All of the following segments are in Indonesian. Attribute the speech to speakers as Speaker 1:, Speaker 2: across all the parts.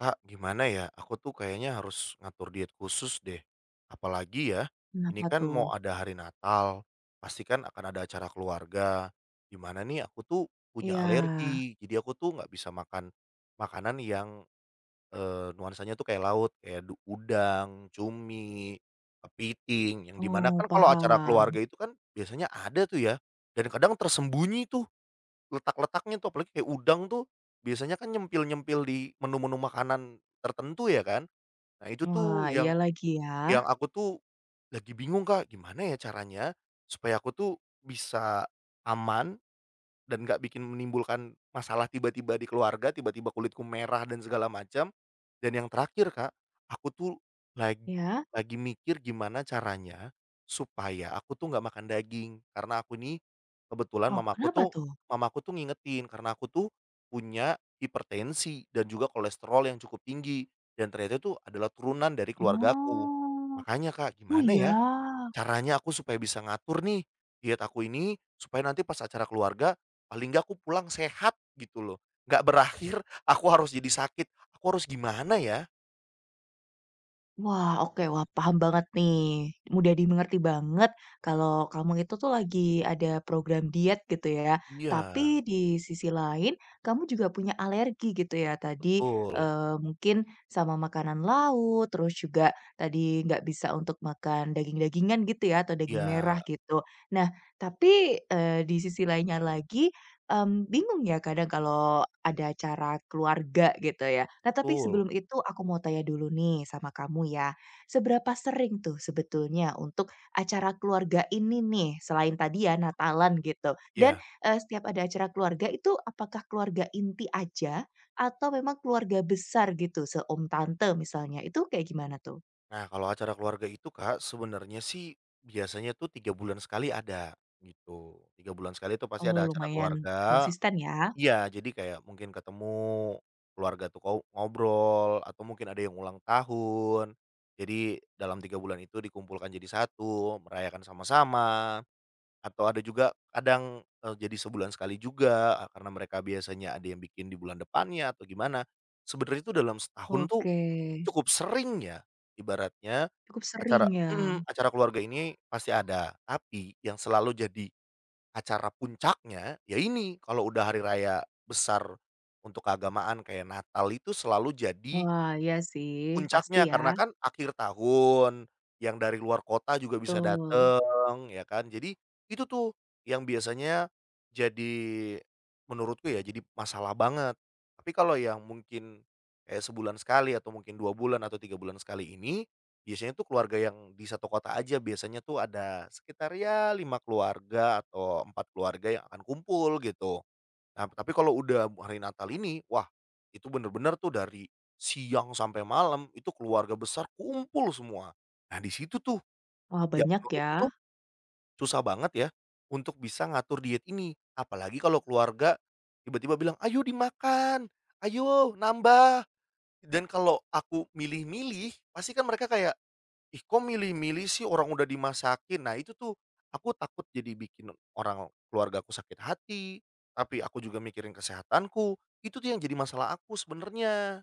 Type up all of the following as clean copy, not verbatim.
Speaker 1: Kak, gimana ya? Aku tuh kayaknya harus ngatur diet khusus deh. Apalagi ya, ini
Speaker 2: Kenapa
Speaker 1: kan
Speaker 2: tuh?
Speaker 1: mau ada hari Natal, pasti kan akan ada acara keluarga. Gimana nih aku tuh punya
Speaker 2: Iya.
Speaker 1: alergi, jadi aku tuh nggak bisa makan makanan yang nuansanya tuh kayak laut, kayak udang, cumi, kepiting. Yang dimana
Speaker 2: Oh,
Speaker 1: kan kalau acara keluarga
Speaker 2: paham.
Speaker 1: itu kan biasanya ada tuh ya, dan kadang tersembunyi tuh. Letak-letaknya tuh apalagi kayak udang tuh biasanya kan nyempil-nyempil di menu-menu makanan tertentu ya kan. Nah itu
Speaker 2: Wah,
Speaker 1: tuh
Speaker 2: iya
Speaker 1: yang
Speaker 2: lagi ya.
Speaker 1: yang aku tuh lagi bingung, Kak, gimana ya caranya supaya aku tuh bisa aman dan nggak bikin menimbulkan masalah tiba-tiba di keluarga, tiba-tiba kulitku merah dan segala macam. Dan yang terakhir Kak, aku tuh lag
Speaker 2: Ya?
Speaker 1: lagi mikir gimana caranya supaya aku tuh nggak makan daging. Karena aku nih kebetulan
Speaker 2: Oh, kenapa tuh?
Speaker 1: mamaku tuh ngingetin karena aku tuh punya hipertensi dan juga kolesterol yang cukup tinggi dan ternyata itu adalah turunan dari keluargaku.
Speaker 2: Oh.
Speaker 1: Makanya Kak,
Speaker 2: Oh,
Speaker 1: gimana ya
Speaker 2: iya.
Speaker 1: caranya aku supaya bisa ngatur nih, diet aku ini, supaya nanti pas acara keluarga, paling nggak aku pulang sehat gitu loh, nggak berakhir aku harus jadi sakit, aku harus gimana ya?
Speaker 2: Wah, oke. Wah, paham banget nih. Mudah dimengerti banget kalau kamu itu tuh lagi ada program diet gitu ya. Tapi
Speaker 1: Iya,
Speaker 2: di sisi lain, kamu juga punya alergi gitu ya. Tadi
Speaker 1: betul.
Speaker 2: mungkin sama makanan laut, terus juga tadi nggak bisa untuk makan daging-dagingan gitu ya, atau daging
Speaker 1: Iya,
Speaker 2: merah gitu. Nah, tapi di sisi lainnya lagi, bingung ya kadang kalau ada acara keluarga gitu ya. Nah tapi
Speaker 1: betul.
Speaker 2: sebelum itu aku mau tanya dulu nih sama kamu ya, seberapa sering tuh sebetulnya untuk acara keluarga ini nih, selain tadi ya Natalan gitu dan,
Speaker 1: Iya.
Speaker 2: setiap ada acara keluarga itu apakah keluarga inti aja atau memang keluarga besar gitu, seom tante misalnya, itu kayak gimana tuh?
Speaker 1: Nah, kalau acara keluarga itu Kak, sebenarnya sih biasanya tuh 3 bulan sekali ada, gitu. 3 bulan sekali itu pasti
Speaker 2: Oh
Speaker 1: ada acara
Speaker 2: lumayan
Speaker 1: keluarga.
Speaker 2: konsisten ya?
Speaker 1: Iya, jadi kayak mungkin ketemu keluarga tuh ko ngobrol atau mungkin ada yang ulang tahun. Jadi dalam 3 bulan itu dikumpulkan jadi satu, merayakan sama-sama, atau ada juga kadang, jadi sebulan sekali juga, karena mereka biasanya ada yang bikin di bulan depannya atau gimana. Sebenarnya itu dalam setahun tuh
Speaker 2: Oke,
Speaker 1: cukup sering ya, ibaratnya
Speaker 2: cukup sering ya?
Speaker 1: mhm, acara keluarga ini pasti ada, tapi yang selalu jadi acara puncaknya, ya ini, kalau udah hari raya besar untuk keagamaan kayak Natal itu selalu jadi
Speaker 2: Wah iya sih, pasti
Speaker 1: puncaknya
Speaker 2: ya.
Speaker 1: karena kan akhir tahun, yang dari luar kota juga bisa
Speaker 2: Betul.
Speaker 1: dateng ya kan. Jadi itu tuh yang biasanya jadi menurutku ya jadi masalah banget. Tapi kalau yang mungkin kayak sebulan sekali atau mungkin 2 bulan atau 3 bulan sekali ini, biasanya tuh keluarga yang di satu kota aja biasanya tuh ada sekitar ya 5 keluarga atau 4 keluarga yang akan kumpul gitu. Nah, tapi kalau udah hari Natal ini, wah, itu bener-bener tuh dari siang sampai malam itu keluarga besar kumpul semua. Nah, di situ tuh
Speaker 2: Wah
Speaker 1: yang
Speaker 2: banyak ya.
Speaker 1: menurutku tuh susah banget ya untuk bisa ngatur diet ini. Apalagi kalau keluarga tiba-tiba bilang, "Ayo dimakan, ayo nambah." Dan kalau aku milih-milih, pasti kan mereka kayak, "Ih, kok milih-milih sih orang udah dimasakin." Nah, itu tuh aku takut jadi bikin orang keluarga aku sakit hati, tapi aku juga mikirin kesehatanku. Itu tuh yang jadi masalah aku sebenarnya.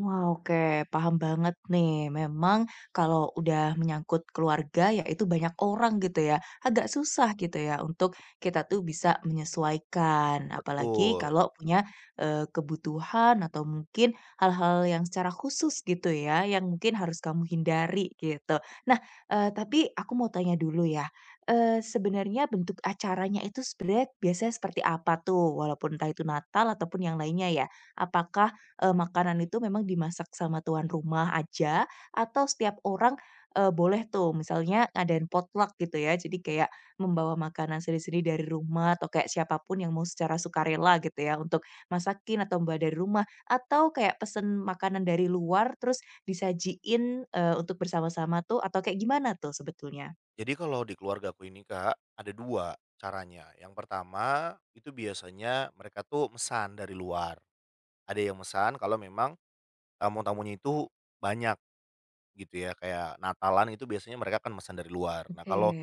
Speaker 2: Wah, oke, paham banget nih. Memang kalau udah menyangkut keluarga, ya itu banyak orang gitu ya. Agak susah gitu ya untuk kita tuh bisa menyesuaikan. Apalagi
Speaker 1: Betul.
Speaker 2: kalau punya kebutuhan atau mungkin hal-hal yang secara khusus gitu ya, yang mungkin harus kamu hindari gitu. Nah, tapi aku mau tanya dulu ya. Sebenarnya bentuk acaranya itu sebenarnya biasanya seperti apa tuh? Walaupun entah itu Natal ataupun yang lainnya ya. Apakah makanan itu memang dimasak sama tuan rumah aja, atau setiap orang, boleh tuh misalnya ngadain potluck gitu ya. Jadi kayak membawa makanan sendiri-sendiri dari rumah atau kayak siapapun yang mau secara sukarela gitu ya untuk masakin atau membawa dari rumah, atau kayak pesen makanan dari luar terus disajiin, untuk bersama-sama tuh atau kayak gimana tuh sebetulnya?
Speaker 1: Jadi kalau di keluarga aku ini, Kak, ada 2 caranya. Yang pertama, itu biasanya mereka tuh mesan dari luar. Ada yang mesan kalau memang tamu-tamunya itu banyak gitu ya, kayak Natalan itu biasanya mereka kan mesan dari luar. Nah,
Speaker 2: Oke.
Speaker 1: kalau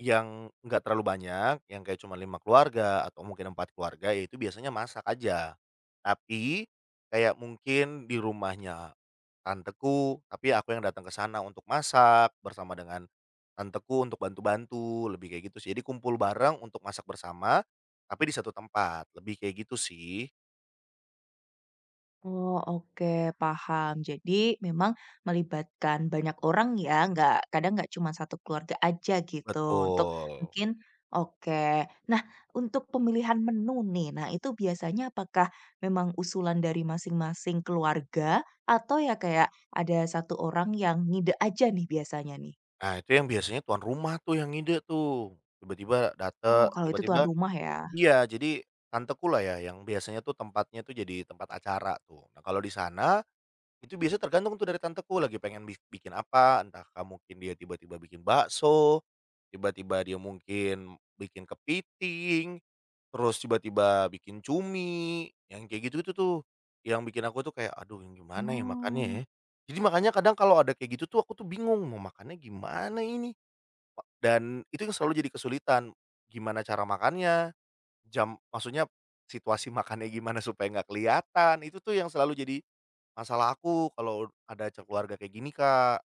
Speaker 1: yang nggak terlalu banyak, yang kayak cuma 5 keluarga atau mungkin 4 keluarga, ya itu biasanya masak aja. Tapi, kayak mungkin di rumahnya tanteku, tapi aku yang datang ke sana untuk masak bersama dengan tanteku untuk bantu-bantu, lebih kayak gitu sih. Jadi kumpul bareng untuk masak bersama, tapi di satu tempat, lebih kayak gitu sih.
Speaker 2: Oh, oke, paham. Jadi memang melibatkan banyak orang ya, nggak cuma satu keluarga aja gitu untuk
Speaker 1: Betul.
Speaker 2: mungkin oke. Nah, untuk pemilihan menu nih, nah itu biasanya apakah memang usulan dari masing-masing keluarga atau ya kayak ada satu orang yang ngide aja nih biasanya nih?
Speaker 1: Nah itu yang biasanya tuan rumah tuh yang ngide tuh, tiba-tiba
Speaker 2: Oh, kalau itu tuan
Speaker 1: tiba-tiba.
Speaker 2: rumah ya.
Speaker 1: Iya, jadi tanteku lah ya yang biasanya tuh tempatnya tuh jadi tempat acara tuh. Nah, kalau di sana itu biasa tergantung tuh dari tanteku lagi pengen bikin apa, entah mungkin dia tiba-tiba bikin bakso, tiba-tiba dia mungkin bikin kepiting, terus tiba-tiba bikin cumi, yang kayak gitu-gitu tuh, yang bikin aku tuh kayak, "Aduh yang gimana ya makannya
Speaker 2: Hmm.
Speaker 1: ya?" Jadi makanya kadang kalau ada kayak gitu tuh aku tuh bingung mau makannya gimana ini, dan itu yang selalu jadi kesulitan, gimana cara makannya. Maksudnya situasi makannya gimana supaya nggak kelihatan, itu tuh yang selalu jadi masalah aku kalau ada acara keluarga kayak gini, Kak.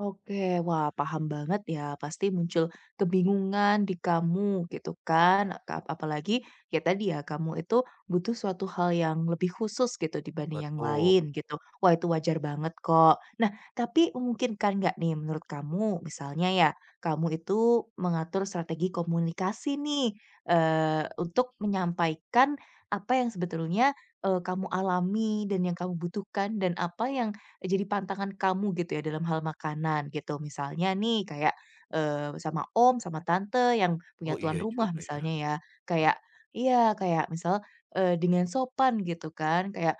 Speaker 2: Oke, wah paham banget ya. Pasti muncul kebingungan di kamu gitu kan. Apalagi ya tadi ya kamu itu butuh suatu hal yang lebih khusus gitu dibanding yang
Speaker 1: Betul.
Speaker 2: lain gitu. Wah itu wajar banget kok. Nah, tapi mungkin kan nggak nih menurut kamu misalnya ya kamu itu mengatur strategi komunikasi nih untuk menyampaikan apa yang sebetulnya kamu alami dan yang kamu butuhkan dan apa yang jadi pantangan kamu gitu ya dalam hal makanan gitu. Misalnya nih kayak, sama om, sama tante yang punya
Speaker 1: Oh,
Speaker 2: tuan
Speaker 1: iya
Speaker 2: rumah
Speaker 1: juga ya.
Speaker 2: misalnya ya,
Speaker 1: Mhm.
Speaker 2: kayak iya, kayak misal, dengan sopan gitu kan, kayak,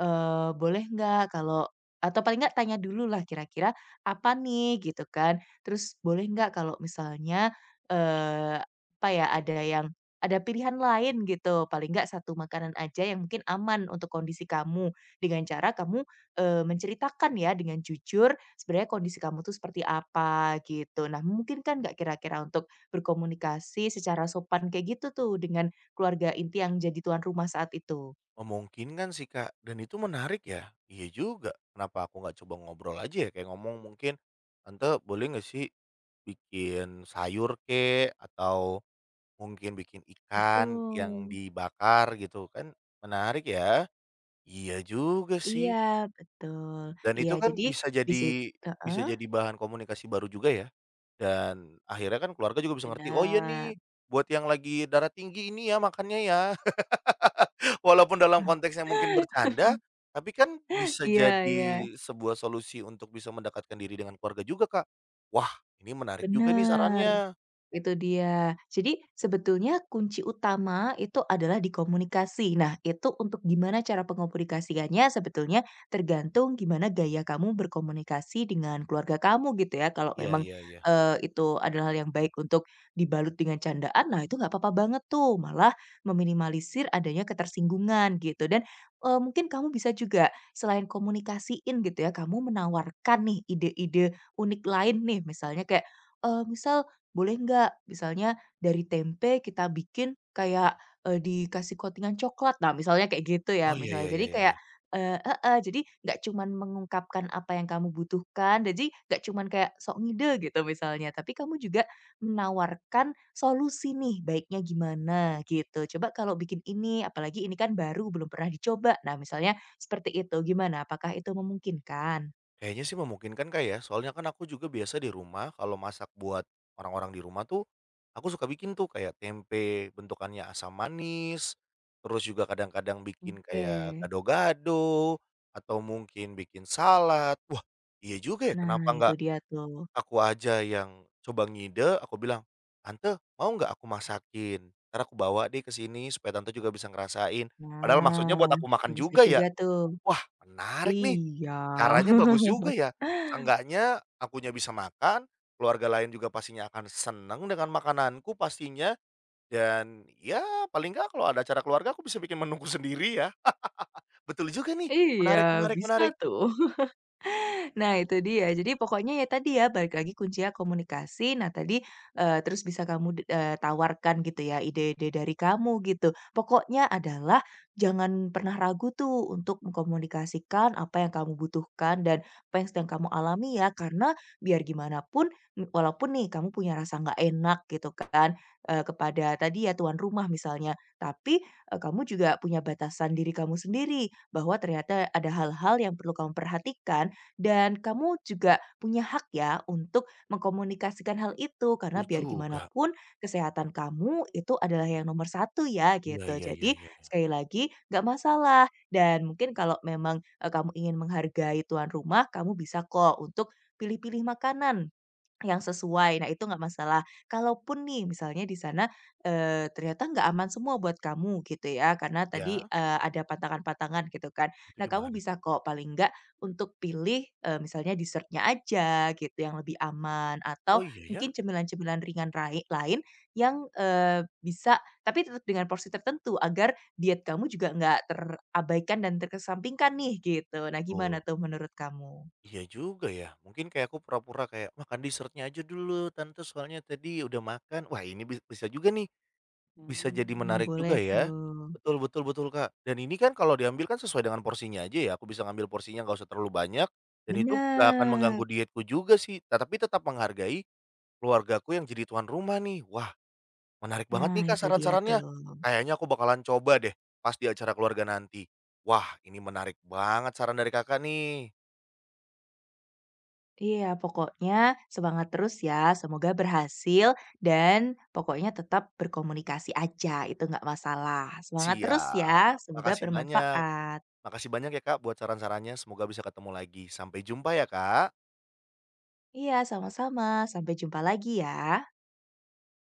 Speaker 2: boleh nggak kalau atau paling nggak tanya dulu lah kira-kira apa nih gitu kan. Terus boleh nggak kalau misalnya, eee, apa ya, ada yang ada pilihan lain gitu, paling nggak satu makanan aja yang mungkin aman untuk kondisi kamu, dengan cara kamu menceritakan ya dengan jujur, sebenarnya kondisi kamu tuh seperti apa gitu. Nah, mungkin kan nggak kira-kira untuk berkomunikasi secara sopan kayak gitu tuh dengan keluarga inti yang jadi tuan rumah saat itu?
Speaker 1: Memungkinkan sih, Kak, dan itu menarik ya. Iya juga, kenapa aku nggak coba ngobrol aja ya, kayak ngomong mungkin, "Tante boleh nggak sih bikin sayur kek, atau mungkin bikin ikan yang
Speaker 2: Betul.
Speaker 1: dibakar," gitu kan. Menarik ya. Iya juga
Speaker 2: Iya,
Speaker 1: sih.
Speaker 2: betul.
Speaker 1: Dan
Speaker 2: Iya,
Speaker 1: itu kan
Speaker 2: jadi di situ.
Speaker 1: bisa
Speaker 2: Heeh?
Speaker 1: jadi bahan komunikasi baru juga ya, dan akhirnya kan keluarga juga bisa ngerti, "Oh iya
Speaker 2: Benar.
Speaker 1: nih, buat yang lagi darah tinggi ini ya makannya ya." Walaupun dalam konteks yang mungkin bercanda, tapi kan bisa
Speaker 2: Iya,
Speaker 1: jadi
Speaker 2: iya,
Speaker 1: sebuah solusi untuk bisa mendekatkan diri dengan keluarga juga, Kak. Wah, ini menarik juga nih
Speaker 2: benar.
Speaker 1: sarannya.
Speaker 2: Itu dia. Jadi sebetulnya kunci utama itu adalah di komunikasi. Nah, itu untuk gimana cara pengomunikasiannya sebetulnya tergantung gimana gaya kamu berkomunikasi dengan keluarga kamu gitu ya. Kalau
Speaker 1: Iya,
Speaker 2: memang,
Speaker 1: iya, iya.
Speaker 2: itu adalah hal yang baik untuk dibalut dengan candaan, nah itu nggak apa-apa banget tuh, malah meminimalisir adanya ketersinggungan gitu dan, mungkin kamu bisa juga selain komunikasiin gitu ya, kamu menawarkan nih ide-ide unik lain nih misalnya kayak, misal boleh nggak misalnya dari tempe kita bikin kayak, dikasih coating coklat. Nah, misalnya kayak gitu ya,
Speaker 1: Oh, ya,
Speaker 2: misalnya.
Speaker 1: ya, ya,
Speaker 2: Jadi
Speaker 1: ya,
Speaker 2: kayak
Speaker 1: ya.
Speaker 2: jadi nggak cuman mengungkapkan apa yang kamu butuhkan, jadi nggak cuman kayak sok ngide gitu misalnya, tapi kamu juga menawarkan solusi nih, baiknya gimana gitu. Coba kalau bikin ini, apalagi ini kan baru belum pernah dicoba. Nah, misalnya seperti itu, gimana? Apakah itu memungkinkan?
Speaker 1: Kayaknya sih memungkinkan, Kak, ya. Soalnya kan aku juga biasa di rumah kalau masak buat orang-orang di rumah tuh, aku suka bikin tuh kayak tempe bentukannya asam manis, terus juga kadang-kadang bikin
Speaker 2: Oke.
Speaker 1: kayak gado-gado, atau mungkin bikin salad. Wah, iya juga ya,
Speaker 2: Nah,
Speaker 1: kenapa
Speaker 2: itu
Speaker 1: nggak
Speaker 2: dia tuh.
Speaker 1: aku aja yang coba ngide, aku bilang, "Tante, mau nggak aku masakin? Ntar aku bawa deh ke sini supaya Tante juga bisa ngerasain." Padahal maksudnya
Speaker 2: Nah,
Speaker 1: buat aku
Speaker 2: itu
Speaker 1: makan
Speaker 2: bisa
Speaker 1: juga ya.
Speaker 2: juga tuh.
Speaker 1: Wah, menarik nih.
Speaker 2: Iya.
Speaker 1: Caranya bagus juga ya, seenggaknya akunya bisa makan, keluarga lain juga pastinya akan seneng dengan makananku pastinya, dan ya paling nggak kalau ada acara keluarga aku bisa bikin menuku sendiri ya. Betul juga nih,
Speaker 2: Iya,
Speaker 1: menarik, menarik,
Speaker 2: bisa
Speaker 1: menarik.
Speaker 2: tuh. Nah itu dia. Jadi pokoknya ya tadi ya, balik lagi kuncinya komunikasi. Nah tadi, terus bisa kamu tawarkan gitu ya ide-ide dari kamu gitu. Pokoknya adalah jangan pernah ragu tuh untuk mengkomunikasikan apa yang kamu butuhkan dan apa yang sedang kamu alami ya. Karena biar gimana pun, walaupun nih kamu punya rasa nggak enak gitu kan, kepada tadi ya tuan rumah misalnya, tapi, kamu juga punya batasan diri kamu sendiri bahwa ternyata ada hal-hal yang perlu kamu perhatikan dan kamu juga punya hak ya untuk mengkomunikasikan hal itu, karena
Speaker 1: Betul
Speaker 2: biar gimana
Speaker 1: juga.
Speaker 2: pun kesehatan kamu itu adalah yang nomor satu ya
Speaker 1: Iya,
Speaker 2: gitu.
Speaker 1: iya, iya,
Speaker 2: Jadi
Speaker 1: iya.
Speaker 2: sekali lagi nggak masalah dan mungkin kalau memang, kamu ingin menghargai tuan rumah, kamu bisa kok untuk pilih-pilih makanan yang sesuai, nah itu nggak masalah. Kalaupun nih misalnya di sana, ternyata nggak aman semua buat kamu gitu ya, karena tadi,
Speaker 1: Ya?
Speaker 2: ada pantangan-pantangan gitu kan.
Speaker 1: Itu
Speaker 2: Nah kamu
Speaker 1: gimana
Speaker 2: bisa
Speaker 1: tuh?
Speaker 2: kok paling nggak untuk pilih, misalnya dessertnya aja gitu yang lebih aman, atau
Speaker 1: Oh iya ya?
Speaker 2: mungkin cemilan-cemilan ringan lain yang, bisa tapi tetap dengan porsi tertentu agar diet kamu juga nggak terabaikan dan terkesampingkan nih gitu. Nah
Speaker 1: Betul.
Speaker 2: gimana tuh menurut kamu?
Speaker 1: Iya juga ya, mungkin kayak aku pura-pura kayak, "Makan dessertnya aja dulu tante soalnya tadi udah makan." Wah ini bisa juga nih. Bisa jadi
Speaker 2: Hmm,
Speaker 1: menarik juga
Speaker 2: boleh
Speaker 1: ya.
Speaker 2: tuh.
Speaker 1: Betul, betul, betul, Kak. Dan ini kan kalau diambil kan sesuai dengan porsinya aja ya, aku bisa ngambil porsinya nggak usah terlalu banyak, dan itu nggak akan mengganggu
Speaker 2: Bener.
Speaker 1: dietku juga sih, tapi tetap menghargai keluargaku yang jadi tuan rumah nih. Wah, menarik banget
Speaker 2: Nah,
Speaker 1: nih, Kak,
Speaker 2: itu dia
Speaker 1: saran-sarannya.
Speaker 2: tuh.
Speaker 1: Kayaknya aku bakalan coba deh pas di acara keluarga nanti. Wah, ini menarik banget saran dari Kakak nih.
Speaker 2: Iya, pokoknya semangat terus ya, semoga berhasil dan pokoknya tetap berkomunikasi aja, itu nggak masalah. Semangat terus ya,
Speaker 1: Siap,
Speaker 2: semoga
Speaker 1: makasih banyak.
Speaker 2: bermanfaat.
Speaker 1: Makasih banyak ya, Kak, buat saran-sarannya, semoga bisa ketemu lagi. Sampai jumpa ya, Kak.
Speaker 2: Iya, sama-sama. Sampai jumpa lagi ya.